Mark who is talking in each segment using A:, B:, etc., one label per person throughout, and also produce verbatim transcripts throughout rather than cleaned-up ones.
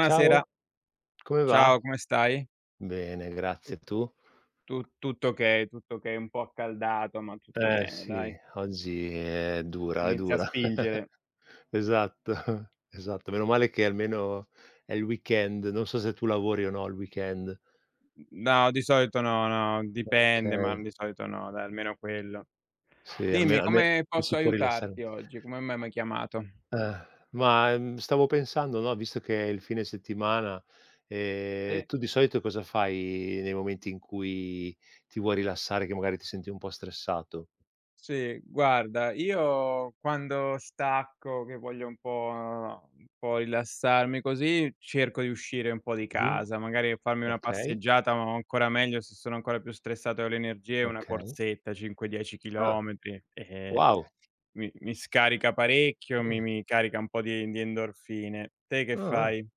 A: Ciao, come va?
B: ciao, come stai?
A: Bene,
B: Tu
A: grazie. Tu?
B: tu tutto okay, tutto okay, un po' accaldato, ma tutto
A: Eh
B: bene
A: sì,
B: dai.
A: oggi è dura, è
B: Inizia a
A: dura.
B: spingere.
A: Esatto, esatto. Meno male che almeno è il weekend. Non so se tu lavori o no il weekend.
B: No, di solito no, no, dipende, ma
A: Okay,
B: di solito no, dai, almeno quello.
A: sì, alme
B: Dimmi
A: alme
B: come
A: ci si
B: posso
A: può rilassare.
B: aiutarti oggi? Come mai m'hai chiamato?
A: Eh, ma, mhmm, stavo pensando, no, visto che è il fine settimana, ehm,
B: Sì.
A: tu di solito cosa fai nei momenti in cui ti vuoi rilassare, che magari ti senti un po' stressato?
B: Sì, guarda, io quando stacco, che voglio un po' un po' rilassarmi così, cerco di uscire un po' di
A: Mh-mh,
B: casa, magari farmi una
A: okay.
B: passeggiata, ma ancora meglio se sono ancora più stressato e ho le energie, una
A: Okay.
B: corsetta, cinque, dieci
A: Ah,
B: chilometri, ehm,
A: wow!
B: mi mi scarica parecchio,
A: Mh.
B: mi mi carica un po' di di endorfine. Te che
A: Ah-ah.
B: fai?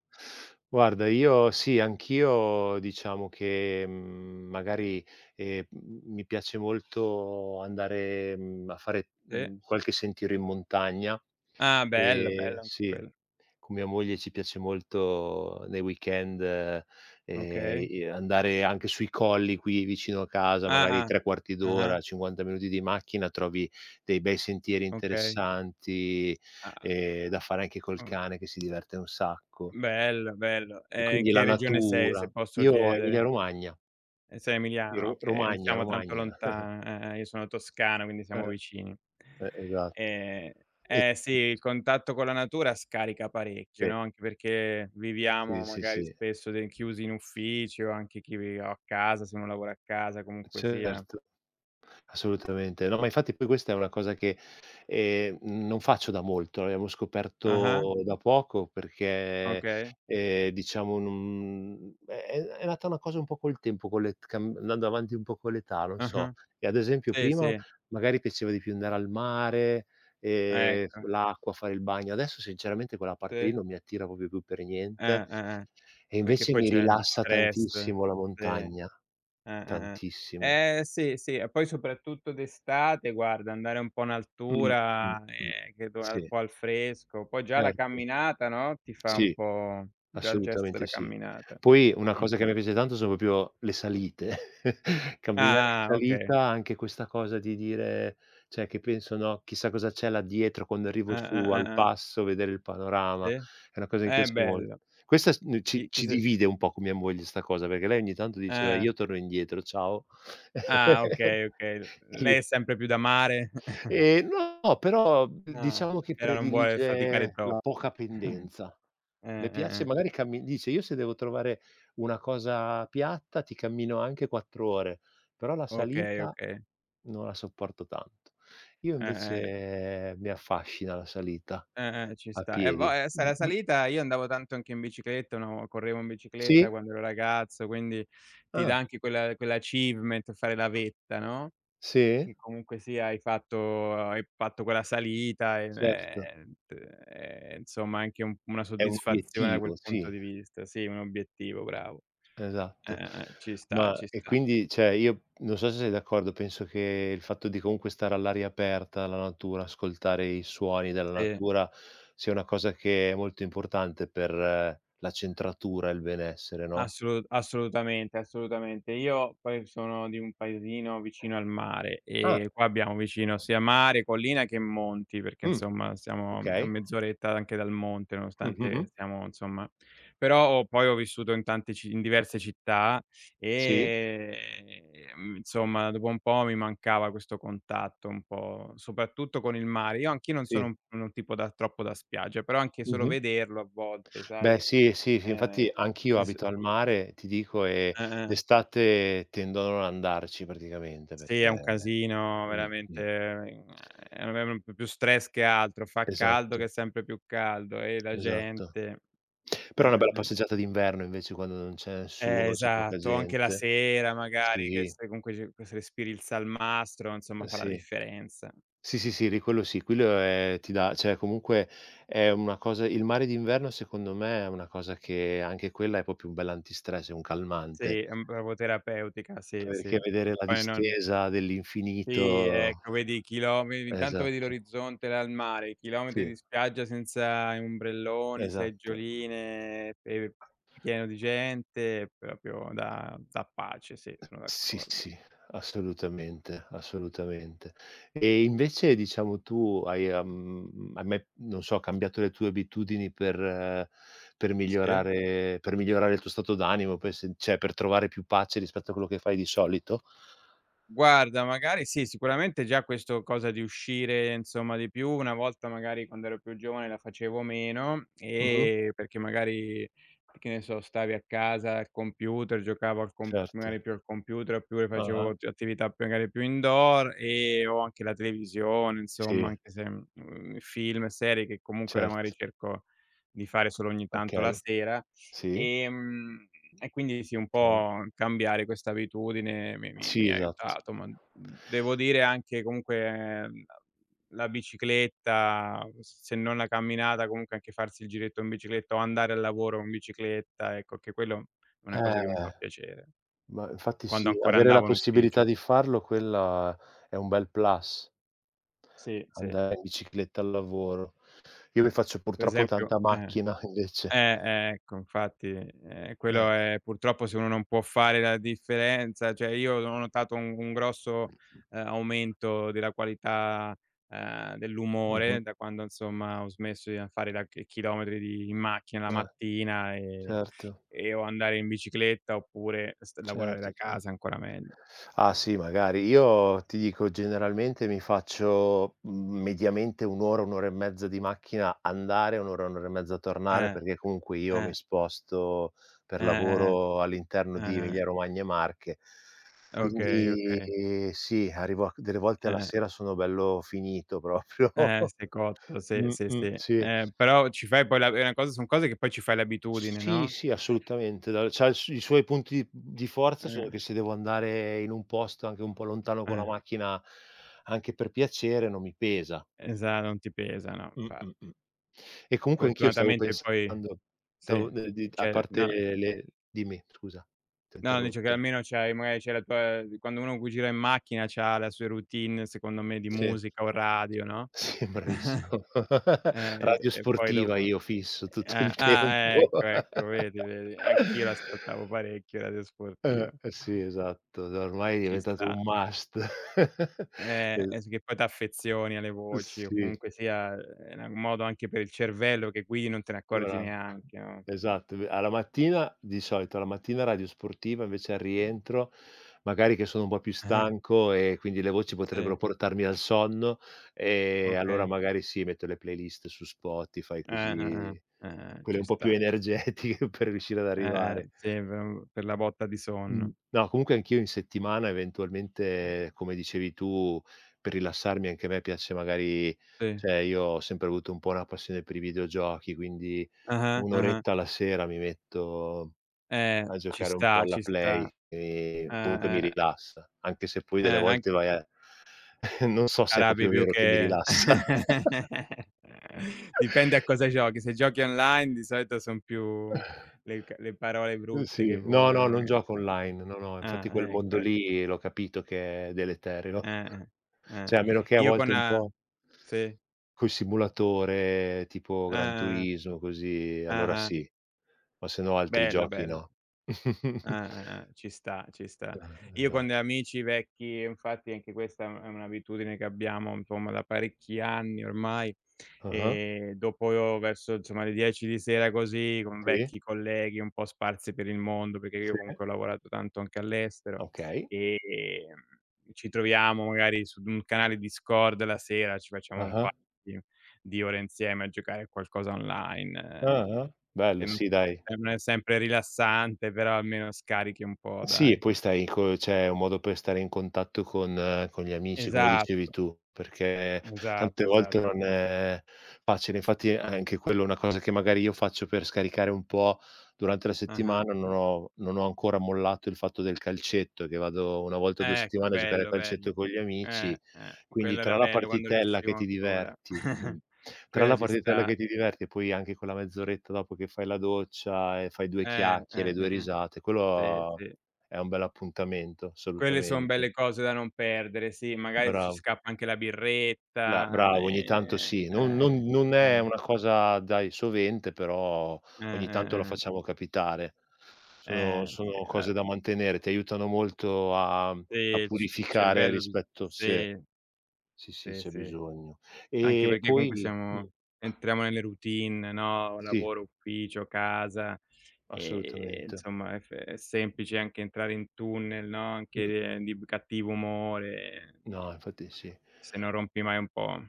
A: Guarda, io sì, anch'io diciamo che, mhmm, magari, ehm, m mi piace molto andare, mhmm, a fare,
B: Sì?
A: mhmm, qualche sentiero in montagna.
B: Ah, bello,
A: Ehm
B: bello anche
A: sì.
B: quello.
A: Con mia moglie ci piace molto nei weekend, ehm,
B: Okay.
A: i andare anche sui colli qui vicino a casa,
B: Ah,
A: magari
B: ah.
A: tre quarti
B: Ah-ah.
A: d'ora, cinquanta minuti di macchina, trovi dei bei sentieri
B: Okay.
A: interessanti, ehm,
B: Ah,
A: da fare anche col
B: o
A: cane che si diverte un sacco.
B: bello, bello.
A: E
B: E in
A: quindi la
B: che regione sei,
A: natura.
B: se posso
A: Io Emilia
B: chiedere?
A: Romagna,
B: E sei
A: di
B: emiliano?
A: Ro
B: Okay, non
A: Romagna,
B: siamo tanto
A: Romagna. Eh,
B: lontan, eh, eh, io sono toscano, quindi siamo vicini.
A: eh, esatto.
B: Ehm,
A: E
B: eh sì, il contatto con la natura scarica parecchio, no, anche perché viviamo
A: sì, sì, sì,
B: magari
A: sì,
B: spesso de chiusi in ufficio, anche chi vi o a casa, se uno lavora a casa, comunque sia.
A: certo. Assolutamente. No, ma infatti poi questa è una cosa che, ehm, non faccio da molto, l'abbiamo
B: Ah-ah,
A: scoperto da poco perché,
B: okay.
A: ehm, diciamo, non è è è nata una cosa un po' col tempo, con l'et cam andando avanti un po' con l'età, non so.
B: Ah-ah.
A: E ad esempio
B: Sì,
A: prima
B: sì,
A: magari piaceva di più andare al mare, ehm,
B: ecco.
A: l'acqua, fare il bagno. Adesso sinceramente quella parte lì
B: Sì.
A: non mi attira proprio più per
B: Eh,
A: niente,
B: eh, eh.
A: e
B: Perché
A: invece
B: poi
A: mi
B: c'è lo
A: rilassa
B: stress.
A: tantissimo la
B: Sì. Eh,
A: montagna.
B: eh, eh.
A: Tantissimo.
B: Eh sì, sì, e poi soprattutto d'estate, guarda, andare un po' in
A: Mh, mh,
B: altura,
A: mh.
B: ehm, che do
A: Sì,
B: un po' al fresco, poi già la
A: certo.
B: camminata, no, ti fa un
A: Sì,
B: po' già il gesto
A: assolutamente
B: della
A: sì.
B: camminata.
A: Poi una cosa che
B: Mh-mh.
A: mi piace tanto sono proprio le salite. Camminare in
B: Ah, ah, okay.
A: salita, anche questa cosa di dire, cioè, che penso, no: "Chissà cosa c'è là dietro, quando arrivo
B: Eh,
A: su
B: eh,
A: al
B: eh, eh.
A: passo, vedere il panorama."
B: Sì.
A: È una cosa che mi
B: Eh,
A: piace molto.
B: bello.
A: Questa s n ci
B: Chi chi
A: ci
B: se
A: divide un po' con mia moglie 'sta cosa, perché lei ogni tanto diceva:
B: eh.
A: "Io torno indietro, ciao."
B: Ah, okay, okay. L
A: E io.
B: Lei è sempre più da mare?
A: Ehm, no, però
B: Ah,
A: diciamo che
B: però non vuole faticare
A: predilige la
B: troppo.
A: poca pendenza.
B: Eh,
A: Le
B: eh,
A: piace
B: eh.
A: magari, cammi dice: "Io, se devo trovare una cosa piatta, ti cammino anche quattro ore, però la
B: Okay,
A: salita
B: okay.
A: non la sopporto tanto." Io
B: Eh, eh.
A: invece mi affascina la salita
B: Eh-eh, ci
A: a
B: sta. E vo
A: piedi.
B: ehm, sa La
A: Mh-mh.
B: salita io andavo tanto anche in bicicletta, no, correvo in bicicletta
A: Sì?
B: quando ero ragazzo, quindi ti dà
A: Ah,
B: anche quella quell' achievement fare la vetta, no,
A: sì?
B: che comunque sia hai fatto hai fatto quella salita e
A: Certo,
B: ehm, t ehm, insomma anche un una
A: è un
B: soddisfazione da quel
A: obiettivo, sì.
B: punto di vista. Sì, un obiettivo, bravo. Eh,
A: Esatto.
B: eh, eh, ci sta,
A: Ma
B: ci
A: e
B: sta.
A: quindi, cioè, io non so se sei d'accordo, penso che il fatto di comunque stare all'aria aperta, alla natura, ascoltare i suoni della
B: Sì.
A: natura sia una cosa che è molto importante per, eh, la centratura e il benessere, no?
B: Assolu assolutamente, assolutamente. Io poi sono di un paesino vicino al mare
A: Ah,
B: e qua abbiamo vicino sia mare, collina che monti, perché
A: mh,
B: insomma siamo a
A: okay.
B: mezz'oretta anche dal monte,
A: Mh, mh,
B: nonostante
A: mh.
B: siamo insomma però ho poi ho vissuto in tante ci in diverse città,
A: Sì,
B: ehm, insomma dopo un po' mi mancava questo contatto un po' soprattutto con il mare. Io anch'io non
A: sì.
B: sono un un tipo da troppo da spiaggia, però anche solo
A: Mh-mh.
B: vederlo a volte, sai,
A: Beh sì, sì, sì, infatti
B: ehm,
A: anch'io
B: es
A: abito al mare, ti dico, e
B: eh-eh.
A: d'estate tendo a non andarci praticamente,
B: Sì, è
A: perché
B: un casino
A: mh, mh.
B: veramente, ehm, è un più stress che altro. Fa caldo che
A: Esatto,
B: è sempre più caldo e la
A: esatto.
B: gente eh, eh,
A: Però è una bella
B: eh.
A: passeggiata d'inverno invece, quando non c'è
B: Eh,
A: nessuno, c'è poca
B: esatto, o anche la
A: gente.
B: sera magari che
A: Sì,
B: stai comunque ci che se respiri il salmastro, insomma fa la
A: sì.
B: differenza.
A: Sì, sì, sì, lì quello sì, quello è, ti dà, cioè, comunque è una cosa, il mare d'inverno secondo me è una cosa che anche quella è proprio un bell'antistress, è un calmante,
B: Sì, è, mhmm, proprio terapeutica, sì, sì,
A: perché vedere
B: che
A: la
B: poi non
A: distesa
B: sì,
A: dell'infinito,
B: ecco, vedi i chilometri intanto vedi
A: esatto,
B: l'orizzonte là al mare, i chilometri
A: sì,
B: di spiaggia senza ombrelloni,
A: esatto.
B: seggioline, pe pieno di gente, proprio da da pace, sì, sono
A: Sì,
B: d'accordo.
A: sì, assolutamente, assolutamente. E invece, diciamo, tu hai, uhm, hai mai, non so, cambiato le tue abitudini per, eh, per
B: Sì.
A: migliorare per migliorare il tuo stato d'animo, per sen cioè per trovare più pace rispetto a quello che fai di solito?
B: Guarda, magari sì, sicuramente già questo cosa di uscire insomma di più, una volta magari quando ero più giovane la facevo meno,
A: Mh-mh,
B: ehm, perché magari, che ne so, stavi a casa al computer, giocavo al com magari
A: certo.
B: più al computer, oppure
A: Ah-ah.
B: facevo t attività più magari più indoor, ehm, o anche la televisione insomma,
A: Sì,
B: anche se, mhmm, film, serie che comunque ora magari
A: certo.
B: cerco di fare solo ogni tanto
A: Okay,
B: la sera.
A: sì,
B: Ehm, e quindi sì, un
A: okay.
B: po' cambiare questa abitudine mi mi
A: Sì,
B: mi ha
A: esatto.
B: aiutato, ma devo dire anche comunque la la bicicletta, se non la camminata, comunque anche farsi il giretto in bicicletta o andare al lavoro con bicicletta, ecco, anche quello è una cosa che mi
A: Eh,
B: fa piacere.
A: ma infatti
B: Quando
A: sì,
B: ancora
A: avere la
B: andavo in
A: possibilità
B: ufficio.
A: di farlo, quella è un bel plus.
B: Sì, sì.
A: Andare in bicicletta al lavoro. Io che faccio
B: Per
A: purtroppo
B: esempio
A: tanta
B: eh.
A: macchina
B: Eh,
A: invece.
B: eh, ecco infatti, ehm,
A: Eh.
B: quello è purtroppo se uno non può fare la differenza cioè io ho notato un un grosso, ehm, aumento della qualità, ehm,
A: Mh-mh.
B: dell'umore da quando insomma ho smesso di a fare la chi chilometri di in macchina la
A: Eh,
B: mattina, ehm,
A: certo,
B: e o andare in bicicletta oppure st lavorare
A: certo.
B: da
A: cer
B: casa ancora meglio.
A: Ah sì, magari. Io ti dico, generalmente mi faccio, mhmm, mediamente un' ora, un' ora e mezza di macchina andare, un' ora, un' ora e mezza tornare,
B: Eh,
A: perché comunque io mi
B: eh,
A: sposto per
B: eh, eh,
A: lavoro all'interno di
B: eh, eh.
A: Emilia Romagna e Marche.
B: Okay,
A: Quindi
B: okay.
A: sì, arrivo a delle volte alla
B: Eh.
A: sera, sono bello finito proprio.
B: Eh, sei cotto, sì, sì,
A: Mh-mh,
B: sì.
A: sì.
B: Eh, però ci fai poi la è una cosa son cose che poi ci fai l'abitudine,
A: Sì,
B: no,
A: sì, assolutamente. Dal c'ha il s i suoi punti di di forza sono che,
B: eh,
A: se devo andare in un posto anche un po' lontano con la
B: eh,
A: macchina, anche per piacere, non mi pesa.
B: esa non ti pesa, no,
A: Mh, mh,
B: infatti.
A: mh. E comunque anch'io stavo
B: Fortunatamente poi
A: pensando, stavo
B: sì,
A: de di a
B: cioè
A: parte
B: no,
A: le dimmi, scusa,
B: no, dice che
A: t'interrotto.
B: almeno c'hai magari c'hai la tua quando uno gu gira in macchina c'ha la sua routine, secondo me, di
A: Sì,
B: musica o radio, no,
A: sì, bravissimo.
B: eh, e
A: Radio
B: e poi
A: sportiva,
B: dopo
A: io fisso tutto
B: eh,
A: il
B: ah,
A: tempo.
B: ecco, ecco, vedi, vedi, anch'io l'ascoltavo parecchio Radio Sportiva.
A: Eh, eh sì, esatto, da ormai è
B: Ci
A: diventato
B: sta.
A: un must.
B: Eh,
A: E
B: e s che poi t'affezioni alle voci o
A: sì,
B: comunque sia, ehm, è na un modo anche per il cervello che guidi non te ne accorgi
A: bra
B: neanche, no?
A: esatto, v alla mattina, di solito alla mattina radio sportiva, invece al rientro, magari che sono un po' più
B: Ah-ah,
A: stanco e quindi le voci potrebbero
B: sì,
A: portarmi al sonno, ehm, allora
B: okay.
A: magari sì, metto le playlist su Spotify,
B: Eh, eh,
A: così,
B: eh, eh, eh,
A: quelle
B: ci
A: un po' più
B: sta.
A: energetiche per riuscire ad
B: Eh, eh,
A: arrivare.
B: sì, v per la botta di
A: Mh.
B: sonno.
A: No, comunque anch'io in settimana eventualmente, come dicevi tu, per rilassarmi anche a me piace magari,
B: Sì.
A: cioè, io ho sempre avuto un po' una passione per i videogiochi, quindi
B: Ah-ah,
A: un'
B: ah-ah.
A: oretta alla sera mi metto
B: Eh,
A: a
B: ci
A: giocare un po'
B: sta,
A: alla
B: ci sta.
A: Play, e
B: Eh,
A: comunque mi
B: eh,
A: rilassa, anche se poi
B: eh,
A: delle
B: anche
A: volte vai a non so se è
B: arabi
A: proprio
B: più
A: vero che mi
B: che
A: rilassa.
B: dipende a cosa giochi. Se giochi online di solito son più le c le parole
A: Uhm,
B: brutte che
A: sì. No, no,
B: volano,
A: non
B: eh.
A: gioco online, no, no, infatti
B: Ah,
A: quel mondo
B: ecco, ecco.
A: lì l'ho capito che è deleterio.
B: Eh, eh, eh.
A: Cioè, a meno che, a
B: Io
A: volte,
B: con
A: un
B: ehm
A: po'
B: sì.
A: col simulatore tipo Gran
B: Ah-ah,
A: Turismo, così, allora
B: ah-ah.
A: sì, ma se no altri
B: Bello,
A: giochi
B: bello.
A: no.
B: Eh, eh, eh, ci sta, ci sta.
A: Eh,
B: Io con degli
A: esatto.
B: amici vecchi, infatti anche questa è è un'abitudine che abbiamo insomma da parecchi anni ormai,
A: Ah-ah.
B: ehm, dopo verso insomma le dieci di sera così, con
A: Sì,
B: vecchi colleghi un po' sparsi per il mondo, perché io
A: sì,
B: comunque ho lavorato tanto anche all'estero,
A: okay.
B: ehm, ci troviamo magari su d un canale Discord la sera, ci facciamo un
A: Ah-ah.
B: paio di di ore insieme a giocare a qualcosa online. Eh,
A: Ah-ah. Bello,
B: che non
A: sì
B: si può
A: dai.
B: eh, non è sempre rilassante, però almeno scarichi un po'
A: Sì, e
B: dai.
A: poi stai co cioè, è un modo per stare in contatto con eh, con gli amici, come dicevi
B: Esatto,
A: tu, perché tante
B: esatto,
A: volte
B: esatto.
A: non è facile. Infatti, anche quello è una cosa che magari io faccio per scaricare un po' durante la
B: Ah-ah.
A: settimana, non ho non ho ancora mollato il fatto del calcetto, che vado una volta a due
B: Ecco,
A: settimane a giocare a
B: bello, bello.
A: calcetto con gli amici,
B: Eh, eh,
A: quindi
B: quello
A: tra
B: era
A: la
B: bello quando
A: partitella che
B: riuscivo
A: ti
B: ancora.
A: diverti, mh, tra
B: Quella
A: la
B: ci
A: partitella
B: sta.
A: che ti diverti e poi anche quella mezz'oretta dopo che fai la doccia e fai due
B: Eh,
A: chiacchiere,
B: eh,
A: due
B: eh, eh.
A: risate,
B: Sì,
A: quello
B: sì.
A: è un bell'appuntamento,
B: Quelle son
A: assolutamente.
B: belle cose da non perdere, sì, magari ci
A: Bravo.
B: scappa anche la
A: La
B: birretta,
A: Bravo, ogni tanto
B: ehm,
A: sì. Non
B: eh,
A: non non è
B: eh,
A: una cosa, dai, sovente, però ogni tanto la
B: eh, eh,
A: facciamo capitare. Sono
B: eh, eh, sì,
A: sono cose
B: la
A: da mantenere, ti aiutano molto a
B: sì,
A: a
B: il c il
A: purificare,
B: cervello vi-
A: rispetto, sì,
B: sì,
A: sì, sì,
B: sì,
A: c'è
B: sì.
A: bisogno.
B: Anche
A: E
B: perché comunque
A: poi, mh,
B: siamo entriamo nelle routine, no,
A: sì,
B: lavoro, ufficio, casa, ehm,
A: assolutamente.
B: insomma è f è semplice anche entrare in tunnel, no,
A: Mh,
B: anche di b cattivo umore,
A: no,
B: ehm,
A: infatti sì.
B: se non rompi mai un po'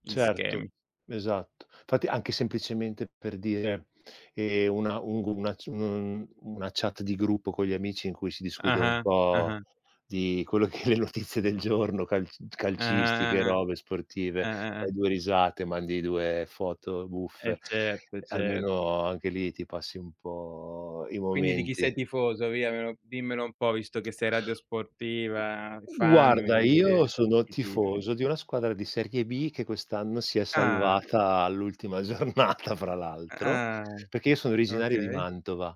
B: gli
A: Certo,
B: schemi.
A: esatto. Infatti, anche semplicemente per dire, ehm, una un gu una c un una chat di gruppo con gli amici in cui si discute un
B: Ah-ah,
A: po'
B: ah-ah,
A: di quello che le notizie del giorno, calc
B: ah-ah,
A: calcistiche,
B: ah-ah,
A: robe sportive,
B: ah-ah,
A: fai due risate, mandi due foto
B: eh
A: buffe,
B: certo, certo.
A: almeno anche lì ti passi un po' i
B: Quindi di chi
A: momenti.
B: sei tifoso? Via, me lo dimmelo un po', visto che sei radiosportiva, fan, me
A: Guarda,
B: devi
A: io
B: dire
A: sono
B: chi tifi.
A: tifoso di una squadra di serie bi che quest'anno si è
B: Ah,
A: salvata all'ultima giornata, fra l'altro,
B: ah,
A: perché io sono originario di
B: okay.
A: Mantova.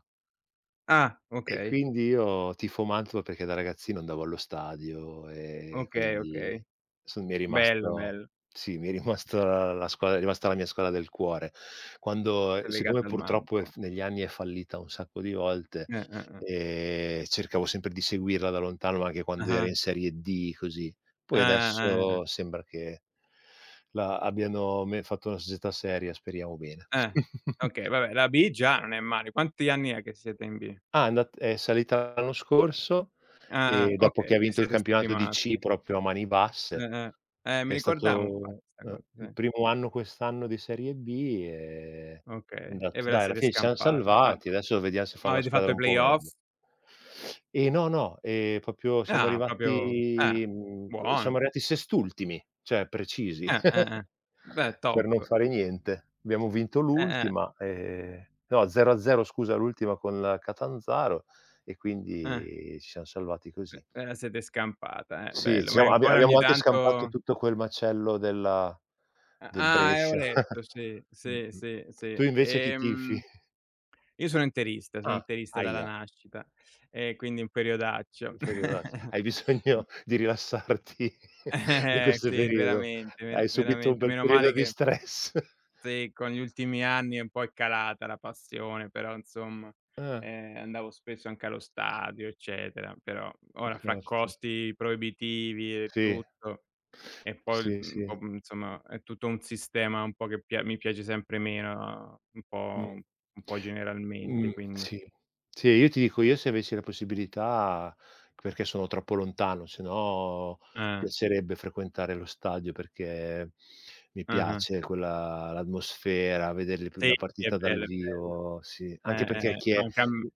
B: Ah,
A: E
B: okay,
A: quindi io tifo Mantova, perché da ragazzino andavo allo stadio e
B: okay,
A: quindi,
B: okay.
A: son mi è
B: Bello,
A: rimasto,
B: bello.
A: sì, mi è rimasta la squadra, è rimasta la mia squadra del cuore. Quando
B: È
A: siccome
B: legata al
A: purtroppo è
B: manto.
A: f negli anni è fallita un sacco di volte,
B: Eh, eh, eh.
A: ehm, cercavo sempre di seguirla da lontano, ma anche quando era
B: Ah-ah.
A: in Serie di, così. Poi
B: Ah, ah, ah, ah.
A: adesso sembra che la abbiano me fatto una società seria, speriamo bene.
B: Eh. Okay, vabbè, la B già non è male. Quanti anni è che siete in B?
A: Ah, è andat è salita l'anno scorso.
B: Ah,
A: E
B: ah,
A: dopo
B: okay,
A: che ha
B: e
A: vinto il
B: siete s
A: campionato di ci
B: rimaste.
A: proprio a mani
B: Eh,
A: basse,
B: eh. Eh, mi
A: è
B: ricordavo infatti
A: stato,
B: 'sta
A: uhm,
B: cosa,
A: il
B: sì.
A: primo anno quest'anno di Serie bi, e han
B: Okay, e
A: detto:
B: ve la
A: "Dai, alla
B: siete
A: fine ci siam
B: scampata. Ah,
A: salvati, adesso vediam se
B: ma
A: fan la
B: avete
A: squadra
B: fatto i
A: un po' meglio".
B: playoff?
A: E no, no, ehm, proprio siamo
B: Ah, proprio ah,
A: arrivati mhmm, co
B: buono.
A: siamo arrivati sest'ultimi, cioè precisi,
B: Eh, eh, eh. Beh, top.
A: per non fare niente. Abbiamo vinto
B: Eh, eh,
A: l'ultima, ehm no, zero a zero, scusa, l'ultima con il Catanzaro, e
B: eh.
A: quindi ci siam salvati così.
B: Eh, ve la siete scampata, eh,
A: Sì, ci
B: bello. Ma è
A: siamo abbi
B: ancora
A: abbiamo
B: ogni
A: anche scampato
B: tanto
A: tutto quel macello della
B: ah,
A: del
B: ah, eh, ho
A: Brescia.
B: letto, sì, sì,
A: Mh-mh.
B: sì,
A: Tu
B: sì.
A: invece chi tifi?
B: Ehm, io sono interista, sono
A: Ah,
B: interista dalla
A: ahia,
B: nascita e quindi un periodaccio.
A: hai bisogno
B: Mh,
A: di rilassarti in
B: eh,
A: questo
B: sì,
A: periodo.
B: veramente,
A: Hai
B: ve
A: subito un
B: veramente.
A: bel
B: Meno
A: periodo
B: male
A: di
B: che
A: stress.
B: sì, con gli ultimi anni è un po' è calata la passione, però insomma,
A: Ah,
B: ehm, andavo spesso anche allo stadio, eccetera, però ora fra
A: certo.
B: costi proibitivi e
A: Sì.
B: tutto. E poi il
A: Sì,
B: mhmm,
A: sì.
B: po' mhmm, insomma è tutto un sistema un po' che pia mi piace sempre meno, un
A: Mh.
B: po' un po'
A: Mh,
B: generalmente, quindi
A: sì. Sì, io ti dico, io, se avessi la possibilità, perché sono troppo lontano, sennò mi
B: eh,
A: piacerebbe frequentare lo stadio, perché mi
B: ah-ah.
A: piace quella, l'atmosfera, vedere le p
B: Sì,
A: la
B: sì, è
A: partita dal
B: bello, è bello.
A: vivo, sì. Anche
B: Eh, eh,
A: perché,
B: eh,
A: chi
B: ma
A: è
B: anche a m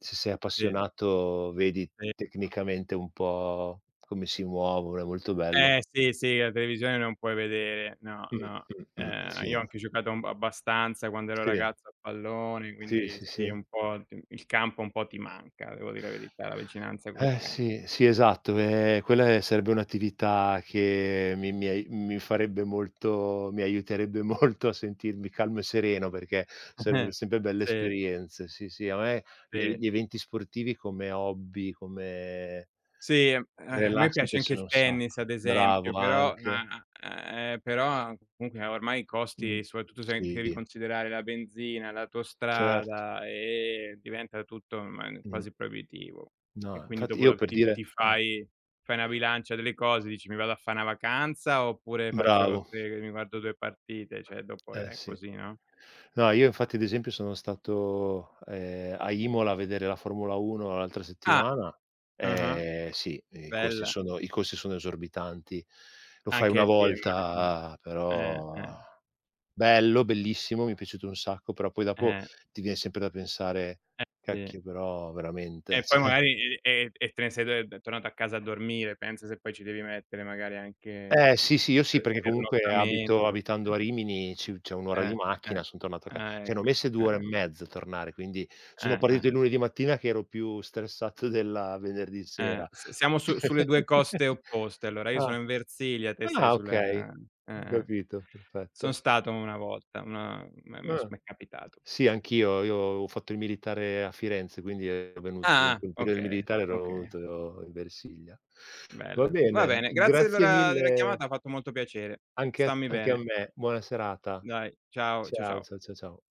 A: se sei
B: sì,
A: appassionato, vedi
B: sì.
A: tecnicamente un po' come si muovono, è molto bello.
B: Eh, sì, sì, la televisione non puoi vedere, no,
A: Mh,
B: no.
A: mh, mh,
B: Ehm,
A: sì.
B: io ho anche giocato un abbastanza quando ero
A: Sì,
B: ragazzo a pallone,
A: sì,
B: quindi
A: sì,
B: sì,
A: sì.
B: un po' ti il campo un po' ti manca, devo dire la verità, la vicinanza col
A: Eh
B: campo.
A: sì, sì, esatto, ehm, quella sarebbe un'attività che mi mi ai mi farebbe molto mi aiuterebbe molto a sentirmi calmo e sereno, perché sarebbero sempre belle
B: Sì,
A: esperienze. Sì, sì, a me gli e
B: sì.
A: gli eventi sportivi come hobby, come
B: Sì, ehm, a me
A: relax, mi
B: piace anche
A: piacciono
B: il
A: un
B: tennis
A: sacco.
B: ad
A: Bravo,
B: esempio, però
A: anche.
B: a a ehm, però comunque ormai i
A: Mh.
B: costi, soprattutto se devi
A: Sì,
B: considerare la benzina,
A: certo.
B: l'autostrada, ehm, diventa tutto ormai
A: Mh.
B: quasi proibitivo. E
A: No,
B: quindi
A: infatti,
B: dopo
A: io
B: do
A: per
B: ti ti
A: dire, eh,
B: fai fai una bilancia delle cose, dici: "Mi vado a fa' 'na vacanza oppure faccio
A: bravo.
B: tre mi guardo due partite", cioè dopo
A: Eh
B: è
A: sì.
B: così, no?
A: No, io infatti ad esempio sono stato, ehm, a Imola a vedere la Formula uno l'altra
B: Ah,
A: settimana.
B: ah-ah,
A: Ehm, sì, i costi
B: bella.
A: sono i costi sono esorbitanti. Lo fai una
B: Anche sì, immagino.
A: volta,
B: Eh,
A: però
B: eh,
A: bello, bellissimo, mi è piaciuto un sacco, però poi dopo
B: eh,
A: ti viene sempre da pensare:
B: eh sì.
A: "Cacchio, però veramente,
B: E poi
A: cioè".
B: magari e e e te ne sei de d tornato a casa a dormire, pensa se poi ci devi mettere magari anche
A: Eh sì, sì, io sì,
B: per
A: perché comunque, abito
B: pernottamento.
A: abitando a Rimini, ci c'è un' ora di
B: Eh, eh,
A: macchina, son tornato a ca
B: ah,
A: cioè, ne ho
B: ecco.
A: messe due ore
B: Eh,
A: e mezzo a tornare, quindi sono
B: eh, eh,
A: partito il lunedì mattina che ero più stressato della venerdì
B: eh.
A: sera.
B: S Siamo su sulle due coste opposte allora, io
A: Ah,
B: sono in Versilia, te sei
A: ah, okay,
B: sulla eh,
A: ho
B: eh.
A: capito,
B: Son
A: perfetto.
B: stato una volta, una m'è m'è s
A: Ah.
B: m'è capitato.
A: Sì, anch'io, io ho fatto il militare a Firenze, quindi ero venuto in
B: Ah,
A: quel
B: ah,
A: periodo del
B: okay,
A: militare, ero
B: okay,
A: venuto in Versilia. Va
B: bella. Va
A: bene,
B: bene, grazie
A: grazie
B: allora della
A: mille
B: chiamata, ha fatto molto piacere.
A: anche a
B: Stammi
A: anche a
B: bene.
A: me, buona serata.
B: Dai, ciao, cia
A: Ciao,
B: ciao.
A: ciao, ciao, ciao.